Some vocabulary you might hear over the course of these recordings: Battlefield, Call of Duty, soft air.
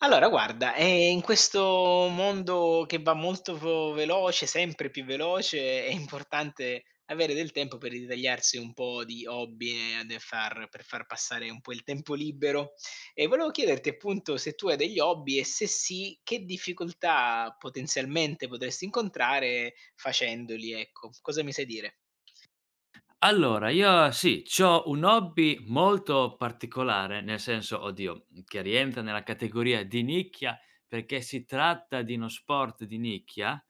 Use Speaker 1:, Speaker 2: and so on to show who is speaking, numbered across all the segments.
Speaker 1: Allora guarda, in questo mondo che va molto vo veloce, sempre più veloce, è importante avere del tempo per ritagliarsi un po' di hobby e de far per far passare un po' il tempo libero. E volevo chiederti appunto se tu hai degli hobby e se sì, che difficoltà potenzialmente potresti incontrare facendoli, ecco. Cosa mi sai dire?
Speaker 2: Allora, io sì, c'ho un hobby molto particolare, nel senso, oddio, che rientra nella categoria di nicchia, perché si tratta di uno sport di nicchia,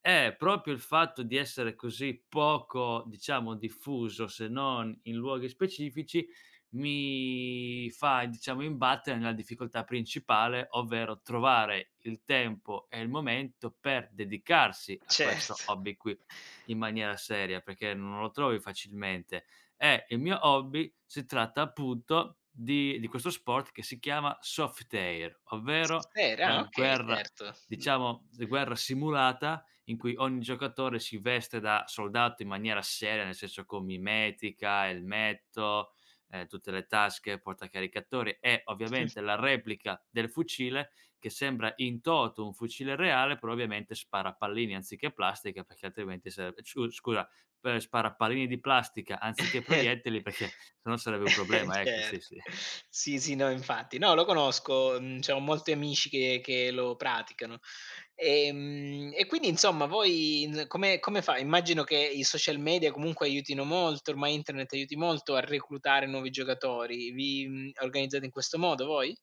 Speaker 2: è proprio il fatto di essere così poco, diciamo, diffuso, se non in luoghi specifici, mi fa, diciamo, imbattere nella difficoltà principale, ovvero trovare il tempo e il momento per dedicarsi a questo
Speaker 1: Certo.
Speaker 2: hobby qui in maniera seria, perché non lo trovi facilmente. E il mio hobby si tratta appunto di questo sport che si chiama soft air,
Speaker 1: Sul
Speaker 2: ovvero
Speaker 1: serio?
Speaker 2: la
Speaker 1: Ah, okay,
Speaker 2: guerra
Speaker 1: certo.
Speaker 2: diciamo s guerra simulata in cui ogni giocatore si veste da soldato in maniera seria, nel senso con mimetica, elmetto, tutte le tasche, portacaricatori e ovviamente la replica del fucile che sembra in toto un fucile reale, però ovviamente spara pallini anziché plastica, perché altrimenti sarebbe, spara pallini di plastica anziché proiettili, perché se no sarebbe un problema, ecco, sì,
Speaker 1: Certo.
Speaker 2: sì.
Speaker 1: Sì, sì, no, infatti. No, lo conosco, mhmm, c'ho molti amici che lo praticano. E quindi insomma voi in come fa immagino che i social media comunque aiutino molto, ormai internet aiuti molto a reclutare nuovi giocatori. Organizzate in questo modo voi?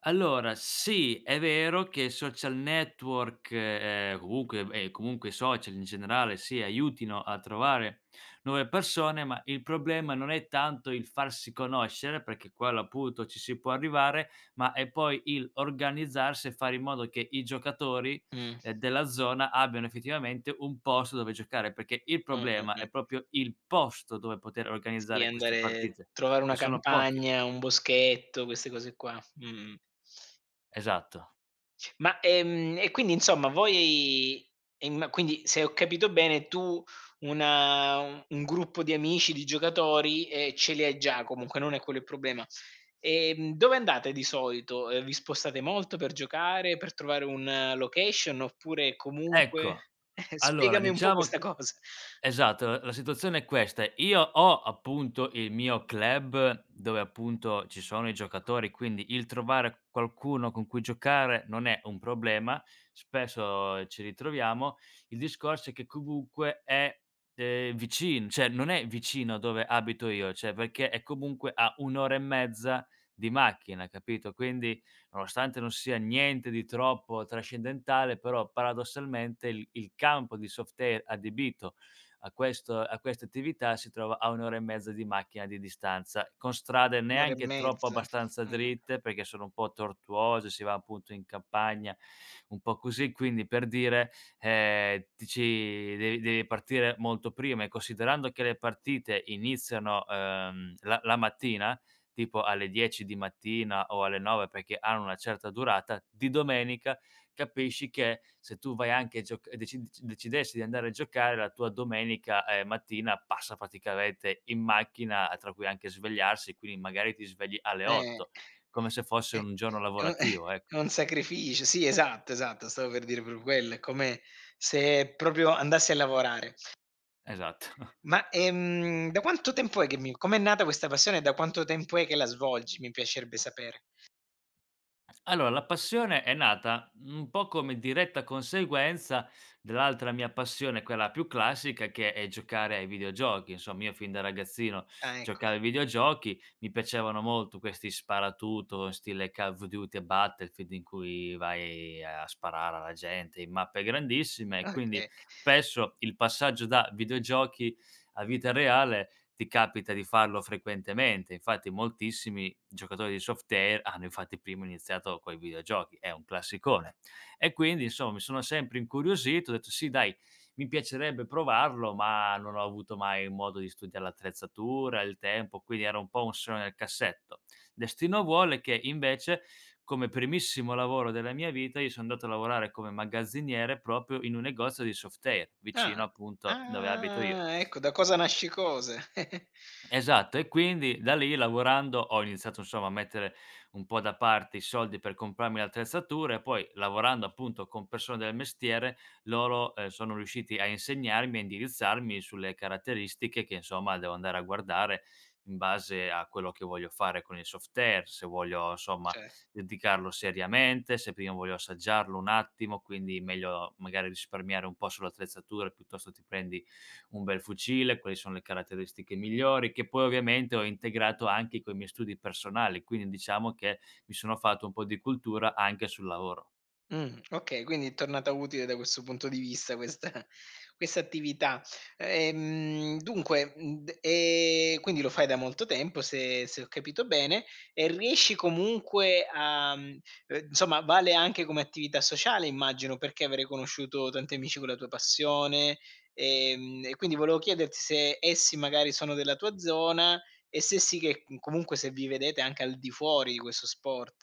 Speaker 2: Allora, sì, è vero che social network, comunque comunque i social in generale, sì, aiutino a trovare nuove persone, ma il problema non è tanto il farsi conoscere, perché quello appunto ci si può arrivare, ma è poi il organizzarsi e fare in modo che i giocatori,
Speaker 1: Mh.
Speaker 2: della zona abbiano effettivamente un posto dove giocare, perché il
Speaker 1: Mh, mh,
Speaker 2: problema
Speaker 1: mh.
Speaker 2: è proprio il posto dove poter
Speaker 1: Sì,
Speaker 2: organizzare queste
Speaker 1: andare
Speaker 2: partite,
Speaker 1: trovare
Speaker 2: che
Speaker 1: una
Speaker 2: sono poche.
Speaker 1: campagna, un boschetto, queste cose qua. Mh-mh.
Speaker 2: Esatto.
Speaker 1: E quindi insomma voi quindi se ho capito bene tu una un gruppo di amici, di giocatori, ce li hai già comunque, non è quello il problema. Dove andate di solito? Vi spostate molto per giocare, per trovare un location oppure
Speaker 2: Ecco,
Speaker 1: comunque
Speaker 2: allora
Speaker 1: spiegami un po'
Speaker 2: diciamo
Speaker 1: questa cosa.
Speaker 2: esatto, la situazione è questa: io ho appunto il mio club dove appunto ci sono i giocatori, quindi il trovare qualcuno con cui giocare non è un problema, spesso ci ritroviamo. Il discorso è che comunque è, vicin cioè non è vicino a dove abito io, cioè perché è comunque a 1 ora e mezza di macchina, capito? Quindi nonostante non sia niente di troppo trascendentale, però paradossalmente il campo di soft air adibito a queste attività si trova a 1 ora e mezza di macchina di distanza, con strade
Speaker 1: 1 ora e
Speaker 2: neanche troppo
Speaker 1: mezza.
Speaker 2: abbastanza
Speaker 1: Mh,
Speaker 2: dritte, perché sono un po' tortuose, si va appunto in campagna, un po' così. Quindi per dire, ti ci devi partire molto prima e considerando che le partite iniziano, la mattina, tipo alle 10 di mattina o alle 9 perché hanno una certa durata, di domenica capisci che se tu vai anche a gioc decid decidessi di andare a giocare la tua domenica, mattina passa praticamente in macchina, tra cui anche svegliarsi, quindi magari ti svegli alle
Speaker 1: eh.
Speaker 2: 8, come se fosse
Speaker 1: Eh,
Speaker 2: un giorno
Speaker 1: è un eh,
Speaker 2: lavorativo, ecco.
Speaker 1: è un sacrificio. Sì, esatto, esatto, stavo per dire proprio quello. È come se proprio andassi a lavorare.
Speaker 2: Esatto.
Speaker 1: Da quanto tempo è che mi com'è nata questa passione e da quanto tempo è che la svolgi? Mi piacerebbe sapere.
Speaker 2: Allora, la passione è nata un po' come diretta conseguenza dell'altra mia passione, quella più classica, che è giocare ai videogiochi. Insomma, io fin da ragazzino
Speaker 1: Ah, ecco.
Speaker 2: giocavo ai videogiochi, mi piacevano molto questi sparatutto, in stile Call of Duty e Battlefield, in cui vai a sparare alla gente in mappe grandissime, e quindi
Speaker 1: Okay.
Speaker 2: spesso il passaggio da videogiochi a vita reale ti capita di farlo frequentemente. Infatti moltissimi giocatori di soft air hanno infatti prima iniziato coi videogiochi, è un classicone. E quindi insomma mi sono sempre incuriosito, ho detto: "Sì dai, mi piacerebbe provarlo", ma non ho avuto mai modo di studiare l'attrezzatura, il tempo, quindi era un po' un sogno nel cassetto. Destino vuole che invece, come primissimo lavoro della mia vita, io sono andato a lavorare come magazziniere proprio in un negozio di soft air, vicino
Speaker 1: Ah.
Speaker 2: appunto dove abito io.
Speaker 1: Ah, ecco da cosa nasce cosa.
Speaker 2: Esatto, e quindi da lì lavorando ho iniziato insomma a mettere un po' da parte i soldi per comprarmi l'attrezzatura e poi lavorando appunto con persone del mestiere, loro, sono riusciti a insegnarmi, a indirizzarmi sulle caratteristiche che insomma devo andare a guardare in base a quello che voglio fare con il software, se voglio insomma
Speaker 1: Cer
Speaker 2: dedicarlo seriamente, se prima voglio assaggiarlo un attimo, quindi meglio magari risparmiare un po' sull'attrezzatura piuttosto ti prendi un bel fucile, quali sono le caratteristiche migliori, che poi ovviamente ho integrato anche coi miei studi personali, quindi diciamo che mi sono fatto un po' di cultura anche sul lavoro.
Speaker 1: Okay, quindi è tornata utile da questo punto di vista questa questa attività. Dunque, mhmm, d Quindi lo fai da molto tempo se ho capito bene e riesci comunque a mhmm, insomma vale anche come attività sociale immagino, perché avrai conosciuto tanti amici con la tua passione, e quindi volevo chiederti se essi magari sono della tua zona e se sì che comunque se vi vedete anche al di fuori di questo sport,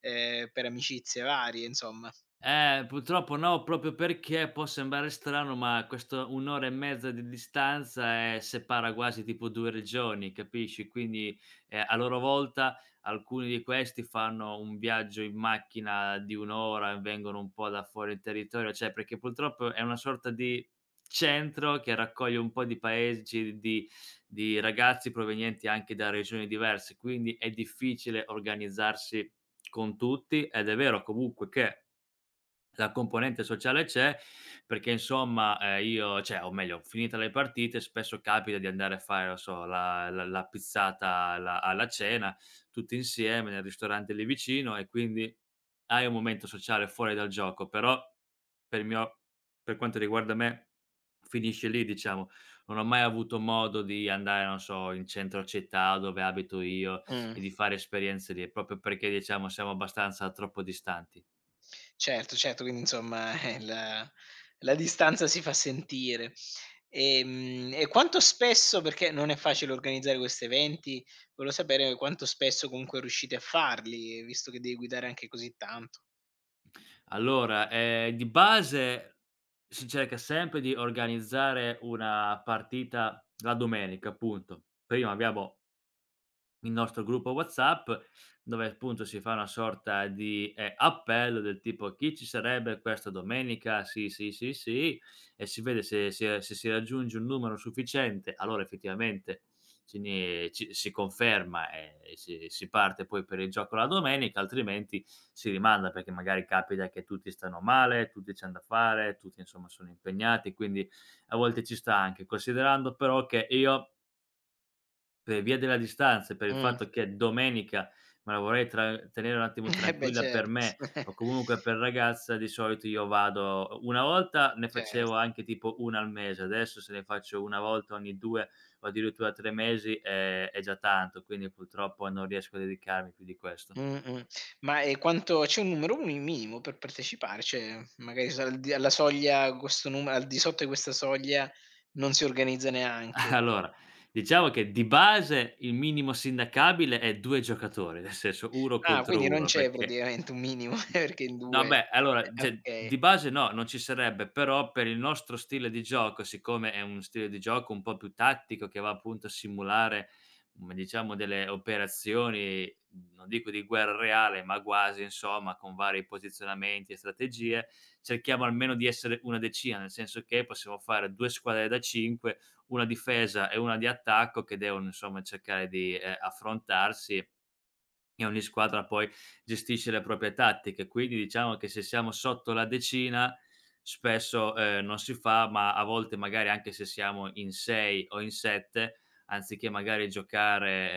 Speaker 1: Per amicizie varie, insomma.
Speaker 2: Purtroppo no, proprio perché può sembrare strano, ma questo 1 ora e mezza di distanza, separa quasi tipo 2 regioni, capisci? Quindi, a loro volta alcuni di questi fanno un viaggio in macchina di 1 ora, vengono un po' da fuori il territorio, cioè perché purtroppo è una sorta di centro che raccoglie un po' di paesi di ragazzi provenienti anche da regioni diverse, quindi è difficile organizzarsi con tutti ed è vero comunque che la componente sociale c'è, perché insomma, io cioè, o meglio, finite le partite spesso capita di andare a fare, non so, la pizzata alla cena, tutti insieme nel ristorante lì vicino e quindi hai un momento sociale fuori dal gioco, però per il mio per quanto riguarda me finisce lì diciamo. Non ho mai avuto modo di andare, non so, in centro città dove abito io
Speaker 1: Mh.
Speaker 2: e di fare esperienze lì, proprio perché diciamo siamo abbastanza troppo distanti.
Speaker 1: Certo, certo, quindi insomma, la distanza si fa sentire. E quanto spesso perché non è facile organizzare questi eventi, volevo sapere quanto spesso comunque riuscite a farli, visto che devi guidare anche così tanto.
Speaker 2: Allora, di base si cerca sempre di organizzare una partita la domenica, punto. Prima abbiamo il nostro gruppo WhatsApp, dove appunto si fa una sorta di, appello del tipo: "Chi ci sarebbe questa domenica? Sì, sì, sì, sì." E si vede se si raggiunge un numero sufficiente, allora effettivamente ce ne ci si conferma e si parte poi per il gioco la domenica, altrimenti si rimanda, perché magari capita che tutti stanno male, tutti c'han da fare, tutti insomma sono impegnati, quindi a volte ci sta anche. Considerando però che io per via della distanza e per il
Speaker 1: Mh.
Speaker 2: fatto che domenica me la vorrei tra tenere un attimo
Speaker 1: Eh beh,
Speaker 2: tranquilla
Speaker 1: cert
Speaker 2: per me o comunque per ragazza, di solito io vado una volta ne
Speaker 1: cer
Speaker 2: facevo anche tipo 1 al mese, adesso se ne faccio 1 volta ogni 2 o addirittura 3 mesi è già tanto, quindi purtroppo non riesco a dedicarmi più di questo.
Speaker 1: Mh-mh. Ma, quanto c'è un numero mi minimo per partecipare? Cioè, magari s al di alla soglia questo nume al di sotto di questa soglia non si organizza neanche.
Speaker 2: Allora, diciamo che di base il minimo sindacabile è 2 giocatori, nel senso 1
Speaker 1: Ah, quindi
Speaker 2: contro
Speaker 1: non
Speaker 2: 1
Speaker 1: c'è
Speaker 2: perché
Speaker 1: praticamente un minimo perché in
Speaker 2: no
Speaker 1: 2
Speaker 2: beh, allora, cioè
Speaker 1: okay.
Speaker 2: di base no, non ci sarebbe, però per il nostro stile di gioco, siccome è un stile di gioco un po' più tattico che va appunto a simulare, diciamo delle operazioni, non dico di guerra reale, ma quasi insomma, con vari posizionamenti e strategie, cerchiamo almeno di essere una decina, nel senso che possiamo fare 2 squadre da 5, una difesa e una di attacco che devono insomma cercare di, affrontarsi e ogni squadra poi gestisce le proprie tattiche, quindi diciamo che se siamo sotto la decina spesso, non si fa, ma a volte magari anche se siamo in 6 o in 7, anziché magari giocare,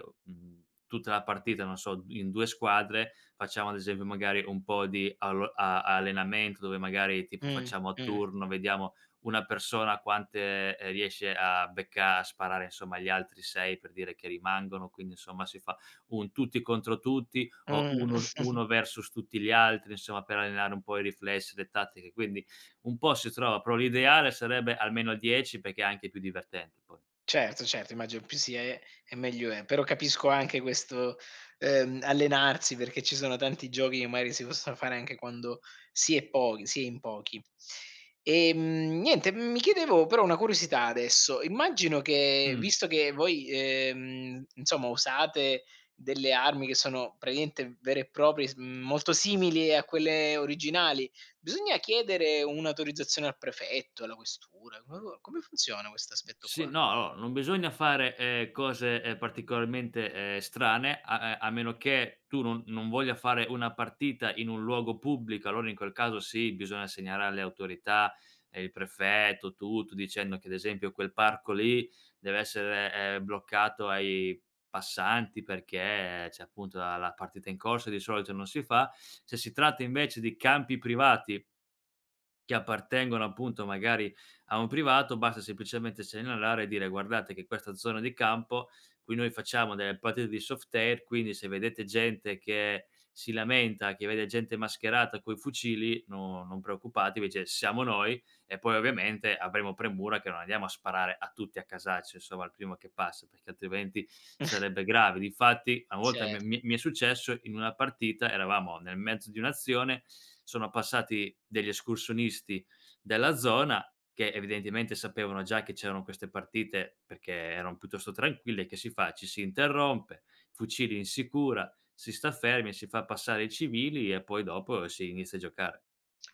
Speaker 2: ehm, mhmm, tutta la partita, non so, in 2 squadre, facciamo ad esempio magari un po' di allo a allenamento dove magari tipo
Speaker 1: Mh,
Speaker 2: facciamo a
Speaker 1: mh,
Speaker 2: turno, vediamo una persona quante, riesce a becca a sparare insomma agli altri 6 per dire che rimangono, quindi insomma si fa un tutti contro tutti o
Speaker 1: mh.
Speaker 2: uno versus tutti gli altri, insomma per allenare un po' i riflessi, le tattiche, quindi un po' si trova, però l'ideale sarebbe almeno 10 perché è anche più divertente poi.
Speaker 1: Certo, certo, immagino più si è e meglio è. Però capisco anche questo, allenarsi perché ci sono tanti giochi che magari si possono fare anche quando si è in pochi. Niente, Mi chiedevo però una curiosità adesso, immagino che
Speaker 2: Mh.
Speaker 1: visto che voi, insomma usate delle armi che sono praticamente vere e proprie, molto simili a quelle originali, bisogna chiedere un'autorizzazione al prefetto, alla questura? Come funziona questo aspetto
Speaker 2: Sì,
Speaker 1: qua?
Speaker 2: no, allora non bisogna fare, cose, particolarmente, strane, a meno che tu non voglia fare una partita in un luogo pubblico, allora in quel caso sì, bisogna segnalare alle autorità, il prefetto, tutto, dicendo che ad esempio quel parco lì deve essere, bloccato ai passanti perché c'è appunto la partita in corso e di solito non si fa. Se si tratta invece di campi privati che appartengono appunto magari a un privato, basta semplicemente segnalare e dire: "Guardate che questa zona di campo, qui noi facciamo delle partite di soft air, quindi se vedete gente che si lamenta, che vede gente mascherata coi fucili, no non preoccupatevi, cioè siamo noi, e poi ovviamente avremo premura che non andiamo a sparare a tutti a casaccio, insomma, al primo che passa, perché altrimenti sarebbe grave." Difatti, a volte mi
Speaker 1: Certo.
Speaker 2: mi mi è successo in una partita, eravamo nel mezzo di un'azione, sono passati degli escursionisti della zona che evidentemente sapevano già che c'erano queste partite perché erano piuttosto tranquille, che si fa? Ci si interrompe, fucili in sicura, si sta fermi, si fa passare i civili e poi dopo si inizia a giocare.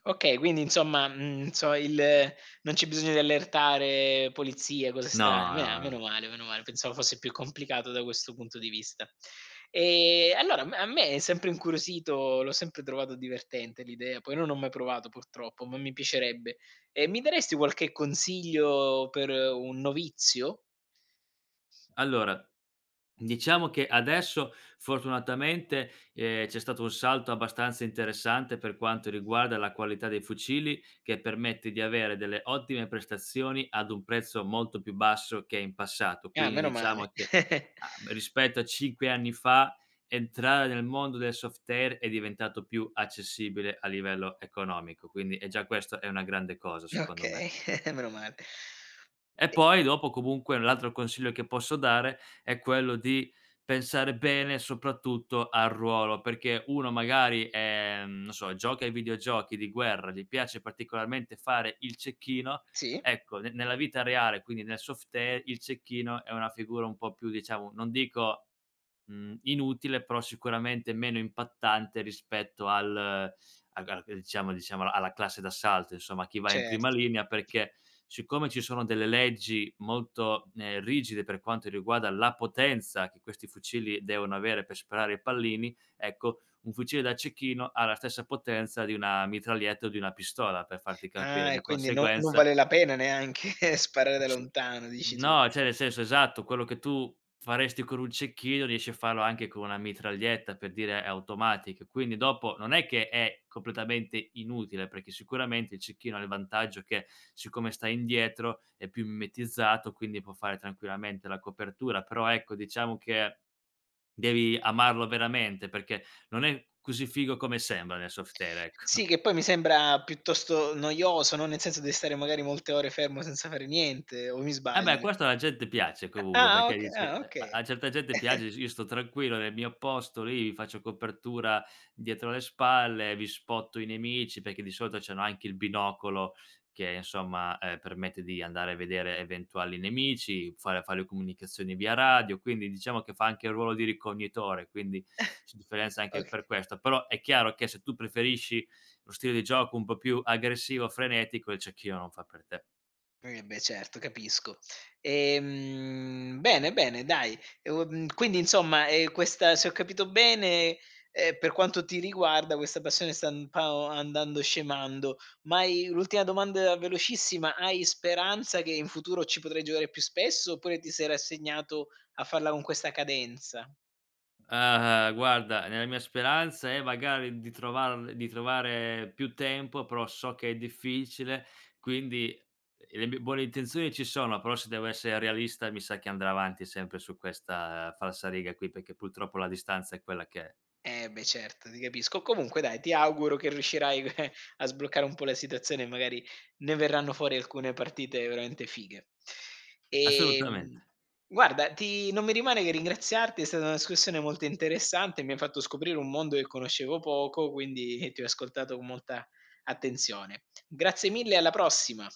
Speaker 1: Okay, quindi insomma, mhmm, non so il non c'è bisogno di allertare polizia, cose
Speaker 2: No,
Speaker 1: strane.
Speaker 2: no,
Speaker 1: Meno
Speaker 2: no.
Speaker 1: male, meno male, pensavo fosse più complicato da questo punto di vista. Allora m A me è sempre incuriosito, l'ho sempre trovato divertente l'idea, poi non ho mai provato purtroppo, ma mi piacerebbe. Mi daresti qualche consiglio per un novizio?
Speaker 2: Allora Diciamo che adesso fortunatamente, c'è stato un salto abbastanza interessante per quanto riguarda la qualità dei fucili, che permette di avere delle ottime prestazioni ad un prezzo molto più basso che in passato.
Speaker 1: Ah,
Speaker 2: Quindi
Speaker 1: meno male.
Speaker 2: diciamo che, a rispetto a 5 anni fa, entrare nel mondo del software è diventato più accessibile a livello economico, quindi e già questo è una grande cosa secondo me.
Speaker 1: Okay, meno male.
Speaker 2: E
Speaker 1: E
Speaker 2: poi dopo comunque l'altro consiglio che posso dare è quello di pensare bene soprattutto al ruolo, perché uno magari, non so, gioca ai videogiochi di guerra, gli piace particolarmente fare il cecchino,
Speaker 1: sì,
Speaker 2: ecco ne nella vita reale, quindi nel softair, il cecchino è una figura un po' più diciamo, non dico inutile, però sicuramente meno impattante rispetto al a ga diciamo alla classe d'assalto, insomma, chi va in
Speaker 1: cer
Speaker 2: prima linea, perché siccome ci sono delle leggi molto, rigide per quanto riguarda la potenza che questi fucili devono avere per sparare i pallini, ecco, un fucile da cecchino ha la stessa potenza di una mitraglietta o di una pistola, per farti capire.
Speaker 1: Ah, e
Speaker 2: Di
Speaker 1: quindi no, non
Speaker 2: conseguenza
Speaker 1: vale la pena neanche sparare da
Speaker 2: c
Speaker 1: lontano, dici tu.
Speaker 2: no, cioè nel senso esatto, quello che tu faresti con un cecchino riesci a farlo anche con una mitraglietta, per dire, è automatica. Quindi dopo non è che è completamente inutile, perché sicuramente il cecchino ha il vantaggio che, siccome sta indietro, è più mimetizzato, quindi può fare tranquillamente la copertura. Però ecco, diciamo che devi amarlo veramente, perché non è così figo come sembra nel soft air, ecco.
Speaker 1: Sì, che poi mi sembra piuttosto noioso, no, nel senso devi stare magari molte ore fermo senza fare niente, o mi
Speaker 2: Eh beh,
Speaker 1: sbaglio?
Speaker 2: questo alla gente piace comunque,
Speaker 1: Ah, ah,
Speaker 2: perché
Speaker 1: oka
Speaker 2: dice
Speaker 1: ah,
Speaker 2: a
Speaker 1: okay.
Speaker 2: certa gente piace, dice: "Io sto tranquillo nel mio posto lì, vi faccio copertura dietro le spalle, vi spotto i nemici", perché di solito c'hanno anche il binocolo che insomma, permette di andare a vedere eventuali nemici, fare le comunicazioni via radio, quindi diciamo che fa anche il ruolo di ricognitore, quindi si differenzia anche
Speaker 1: Oka
Speaker 2: per questo. Però è chiaro che se tu preferisci lo stile di gioco un po' più aggressivo, frenetico, il cecchino non fa per te.
Speaker 1: Eh beh certo, capisco. Bene, bene dai. Questa se ho capito bene, per quanto ti riguarda questa passione sta un po' andando scemando. Ma hai l'ultima domanda velocissima, hai speranza che in futuro ci potrai giocare più spesso, oppure ti sei rassegnato a farla con questa cadenza?
Speaker 2: Ah, guarda, nella mia speranza è magari di trovare più tempo, però so che è difficile, quindi le mie buone intenzioni ci sono, però se devo essere realista mi sa che andrà avanti sempre su questa falsariga qui, perché purtroppo la distanza è quella che è.
Speaker 1: Eh beh certo, ti capisco. Comunque dai, ti auguro che riuscirai a sbloccare un po' la situazione e magari ne verranno fuori alcune partite veramente fighe. Ehm,
Speaker 2: Assolutamente.
Speaker 1: guarda, ti non mi rimane che ringraziarti, è stata una discussione molto interessante, mi hai fatto scoprire un mondo che conoscevo poco, quindi ti ho ascoltato con molta attenzione. Grazie mille, alla prossima.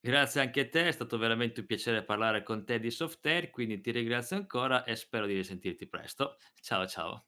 Speaker 2: Grazie anche a te, è stato veramente un piacere parlare con te di soft air, quindi ti ringrazio ancora e spero di risentirti presto. Ciao, ciao.